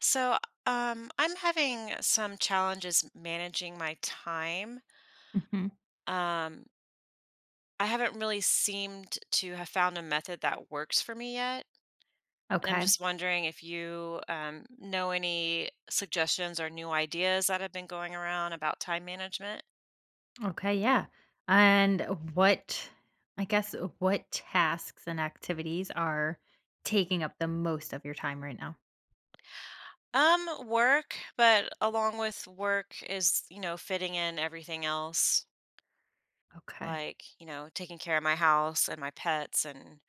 So, I'm having some challenges managing my time. Mhm. Um, I haven't really seemed to have found a method that works for me yet. And I'm Okay. just wondering if you know any suggestions or new ideas that have been going around about time management. Okay, yeah. And what I guess what tasks and activities are taking up the most of your time right now? Work, but along with work is, you know, fitting in everything else, Okay. like, you know, taking care of my house and my pets and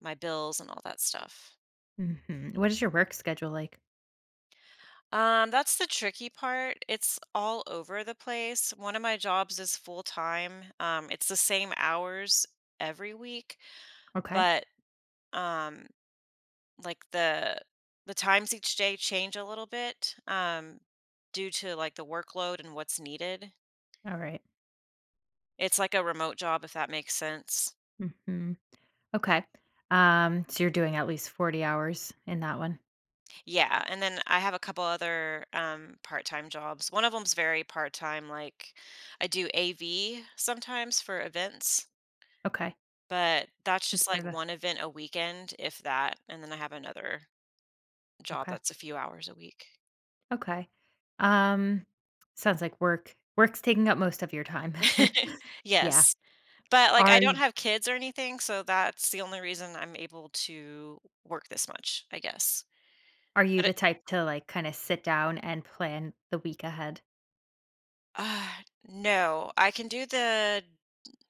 my bills and all that stuff. Mhm. What is your work schedule like? That's the tricky part. It's all over the place. One of my jobs is full time. It's the same hours every week, Okay. but um, like the times each day change a little bit due to like the workload and what's needed. All right. It's like a remote job, if that makes sense. Mhm. Okay. So you're doing at least 40 hours in that one. Yeah, and then I have a couple other part-time jobs. One of them's very part-time, like I do AV sometimes for events. Okay. But that's just It's like sort of- one event a weekend, if that, and then I have another job Okay. that's a few hours a week. Okay. Um, sounds like work's taking up most of your time. Yeah. Yes, but, like, I Are don't have kids or anything, so that's the only reason I'm able to work this much, I guess. Are you But the it type to, like, kinda sit down and plan the week ahead? uh, no, I can do the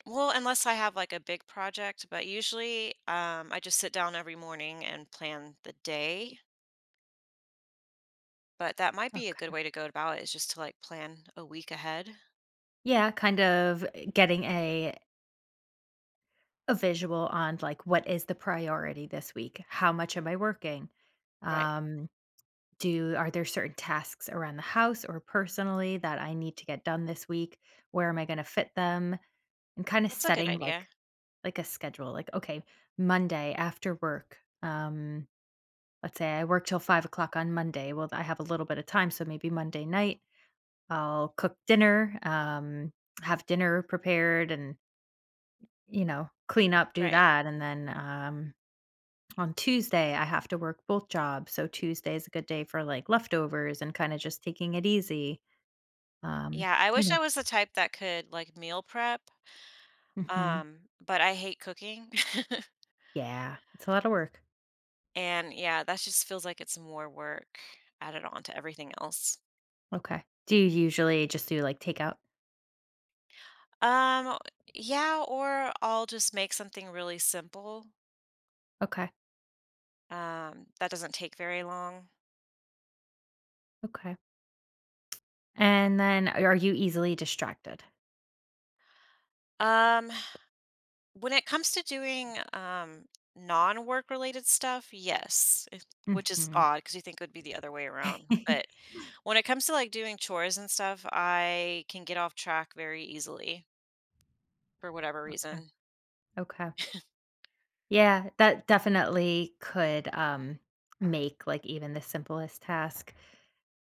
well, unless I have, like, a big project, but usually, I just sit down every morning and plan the day, but that might be a good Okay. way to go about it is just to, like, plan a week ahead. Yeah, kind of getting a visual on, like, what is the priority this week? How much am I working? Right. Um, do Are there certain tasks around the house or personally that I need to get done this week? Where am I gonna fit them? And kinda That's a good setting, like idea. like, a schedule, like, "Okay, Monday after work, let's say I work till 5 o'clock on Monday, well, I have a little bit of time, so maybe Monday night I'll cook dinner, have dinner prepared and clean up, do Right. that. And then on Tuesday, I have to work both jobs. So Tuesday is a good day for like leftovers and kind of just taking it easy." Um, Yeah, I wish I you was the type that could like meal prep, know, hmm but I hate cooking. yeah, it's a lot of work. And yeah, that just feels like it's more work added on to everything else. Okay. Do you usually just do like takeout? Um, yeah, or I'll just make something really simple. Okay. That doesn't take very long. Okay. And then are you easily distracted? Um, When it comes to doing, non-work related stuff, yes, it which is Hmm. odd because you think it would be the other way around, but when it comes to, like, doing chores and stuff, I can get off track very easily for whatever reason. Okay. Yeah, that definitely could, make, like, even the simplest task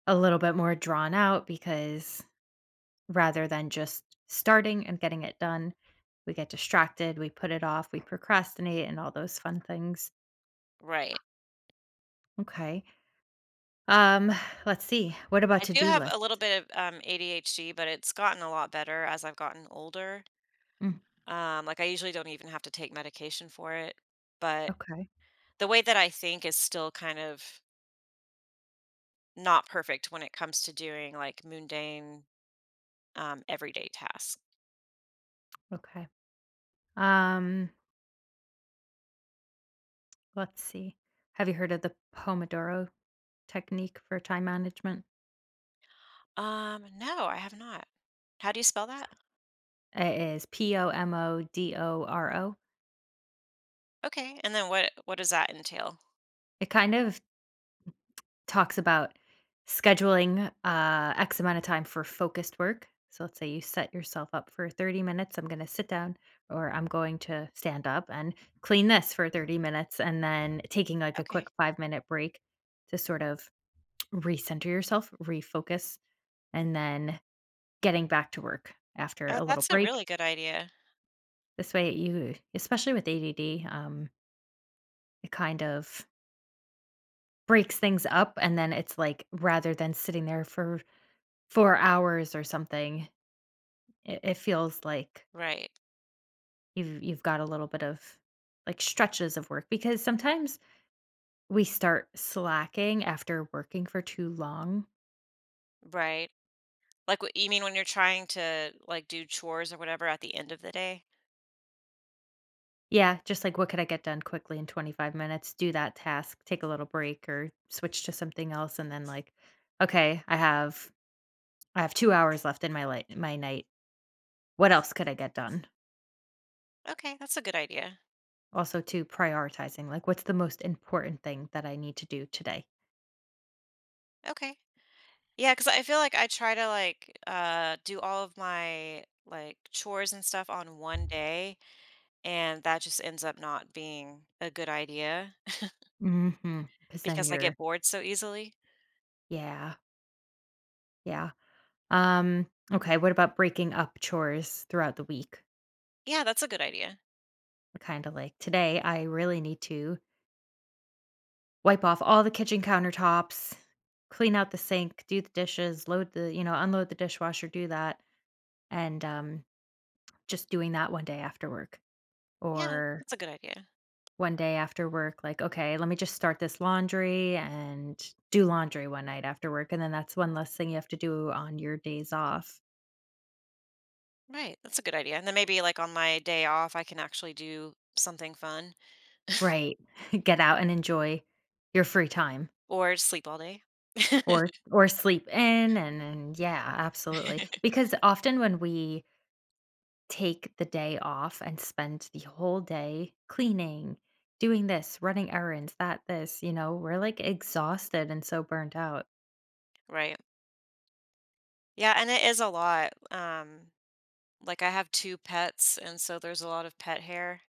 a little bit more drawn out because rather than just starting and getting it done, we get distracted, we put it off, we procrastinate, and all those fun things. Right. Okay. Um, let's see. What about I do to-do have a lists? little bit of, ADHD, but it's gotten a lot better as I've gotten older. Mm, Like I usually don't even have to take medication for it, but okay. the way that I think is still kind of not perfect when it comes to doing like mundane everyday tasks. Okay. Um, let's see. Have you heard of the Pomodoro technique for time management? No, I have not. How do you spell that? It is Pomodoro. Okay, and then what does that entail? It kind of talks about scheduling X amount of time for focused work. So let's say you set yourself up for 30 minutes. I'm going to sit down or I'm going to stand up and clean this for 30 minutes and then taking like a Okay, quick 5-minute break to sort of recenter yourself, refocus, and then getting back to work after a little that's a break. really good idea. This way, you, especially with ADD, it kind of breaks things up. And then it's like rather than sitting there for 4 hours or something, it feels like Right, you've got a little bit of, like, stretches of work because sometimes we start slacking after working for too long. right. Like what you mean when you're trying to like do chores or whatever at the end of the day. Yeah, just like, "What could I get done quickly in 25 minutes? Do that task, take a little break, or switch to something else," and then, like, "Okay, I have 2 hours left in my light my night. What else could I get done?" Okay, that's a good idea. Also, to prioritizing, like, "What's the most important thing that I need to do today?" Okay. Yeah, cause I feel like I try to, like, do all of my, like, chores and stuff on one day, and that just ends up not being a good idea Because then because I get you're, bored so easily. yeah. Yeah. Um, okay, what about breaking up chores throughout the week? Yeah, that's a good idea. Kind of like today, I really need to wipe off all the kitchen countertops, clean out the sink, do the dishes, load the, you know, unload the dishwasher, do that. And just doing that one day after work Yeah, or that's a good idea. one day after work, like, okay, let me just start this laundry and do laundry one night after work. And then that's one less thing you have to do on your days off. Right, that's a good idea, and then maybe, like, on my day off, I can actually do something fun Right. Get out and enjoy your free time. or sleep all day. Or sleep in and yeah, absolutely. Because often when we take the day off and spend the whole day cleaning, doing this, running errands, that, this, you know, we're, like, exhausted and so burnt out. Right. Yeah, and it is a lot, like, I have 2 pets, and so there's a lot of pet hair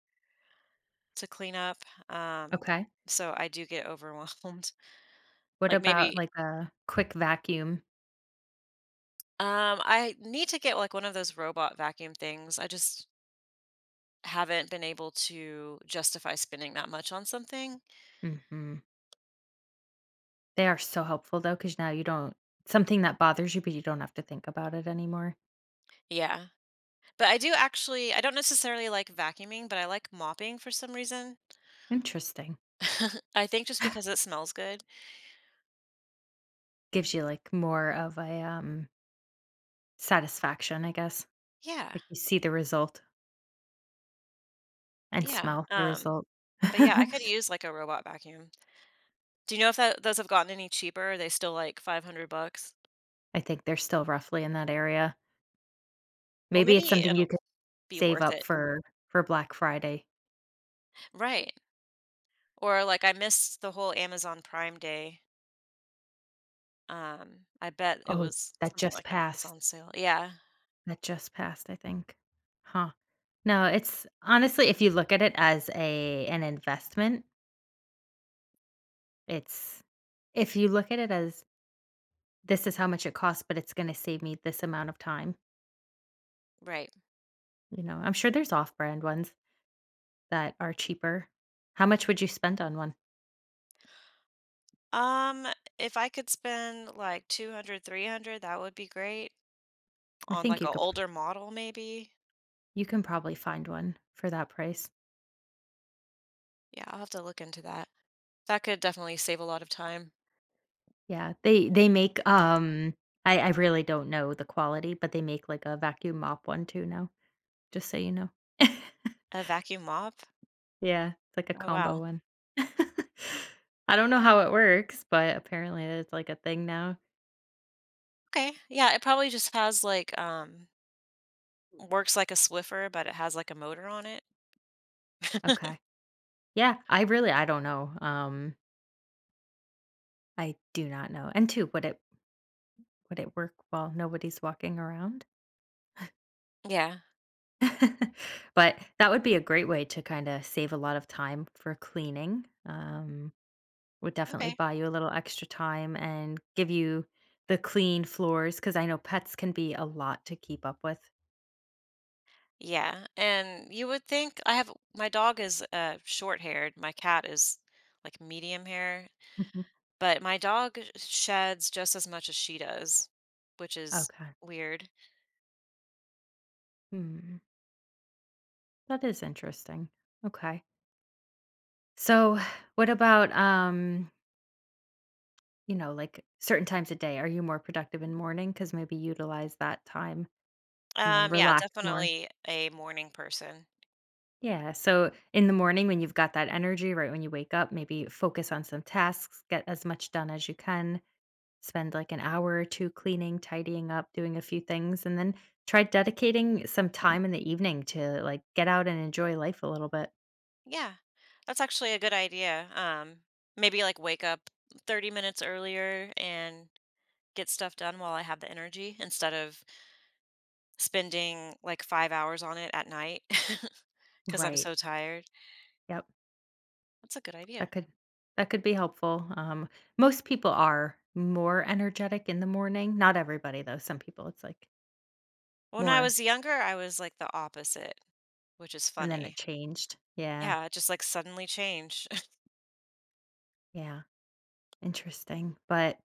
to clean up. Um, Okay. so I do get overwhelmed. What Like about, maybe like, a quick vacuum? I need to get like one of those robot vacuum things. I just haven't been able to justify spending that much on something. Mhm. They are so helpful, though because now you don't something that bothers you, but you don't have to think about it anymore. Yeah. But I do actually I don't necessarily like vacuuming, but I like mopping for some reason. Interesting. I think just because it smells good. Gives you, like, more of a, satisfaction, I guess. Yeah. Like, you see the result. And Yeah. smell the result. But yeah, I I could use like a robot vacuum. Do you know if that, those have gotten any cheaper? Are they still like 500 bucks? think they're still roughly in that area. Well, Maybe it's maybe something you it'll could be save worth up it. for Black Friday. Right. Or, like, I missed the whole Amazon Prime Day. I bet it Oh, was that something just like that was passed. on sale. Yeah, That just passed, I think. Huh. No, it's honestly, if you look at it as a an investment, it's if you look at it as this is how much it costs, but it's gonna save me this amount of time, right. you know, I'm sure there's off-brand ones that are cheaper. How much would you spend on one? Um, if I could spend, like, 200, 300, that would be great I on, think like, an older model maybe. you can probably find one for that price. Yeah, I'll have to look into that. That could definitely save a lot of time. Yeah, they make, I really don't know the quality, but they make, like, a vacuum mop one too now, just so you know. A vacuum mop? Yeah, it's like a Oh, combo wow. one. I don't know how it works, but apparently it's like a thing now. Okay. Yeah, it probably just has, like, works like a Swiffer, but it has, like, a motor on it. Okay. Yeah, I don't know, I do not know, and two, would it work while nobody's walking around? Yeah. But that would be a great way to kinda save a lot of time for cleaning, would definitely Okay. buy you a little extra time and give you the clean floors because I know pets can be a lot to keep up with. Yeah, and you would think I have my dog is short-haired, my cat is like medium hair, Mhm. but my dog sheds just as much as she does, which is Okay. weird. Hmm, that is interesting. Okay. So, what about, you know, like, certain times of day? Are you more productive in morning? Because maybe utilize that time and then Yeah, relax more. definitely a morning person. Yeah, so in the morning when you've got that energy, right when you wake up, maybe focus on some tasks, get as much done as you can. Spend like an hour or two cleaning, tidying up, doing a few things, and then try dedicating some time in the evening to like get out and enjoy life a little bit. Yeah. That's actually a good idea. Maybe like wake up 30 minutes earlier and get stuff done while I have the energy instead of spending like 5 hours on it at night because I'm Right. so tired. Yep, That's a good idea. that could that could be helpful. Most people are more energetic in the morning. Not everybody though. Some people it's like When I more, was younger, I was like the opposite, which is and then it funny. changed. Yeah, Yeah, it just like suddenly change. yeah, interesting. But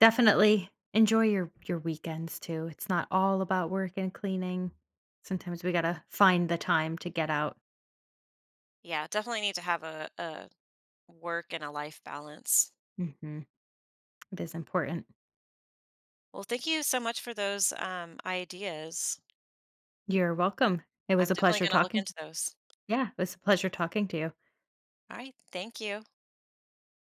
definitely enjoy your weekends too. It's not all about work and cleaning. Sometimes we gotta find the time to get out. Yeah, definitely need to have a work and a life balance. Mhm. It is important. Well, thank you so much for those ideas. You're welcome. It was I'm a definitely pleasure going to look talking. into those. Yeah, it was a pleasure talking to you. All right. Thank you.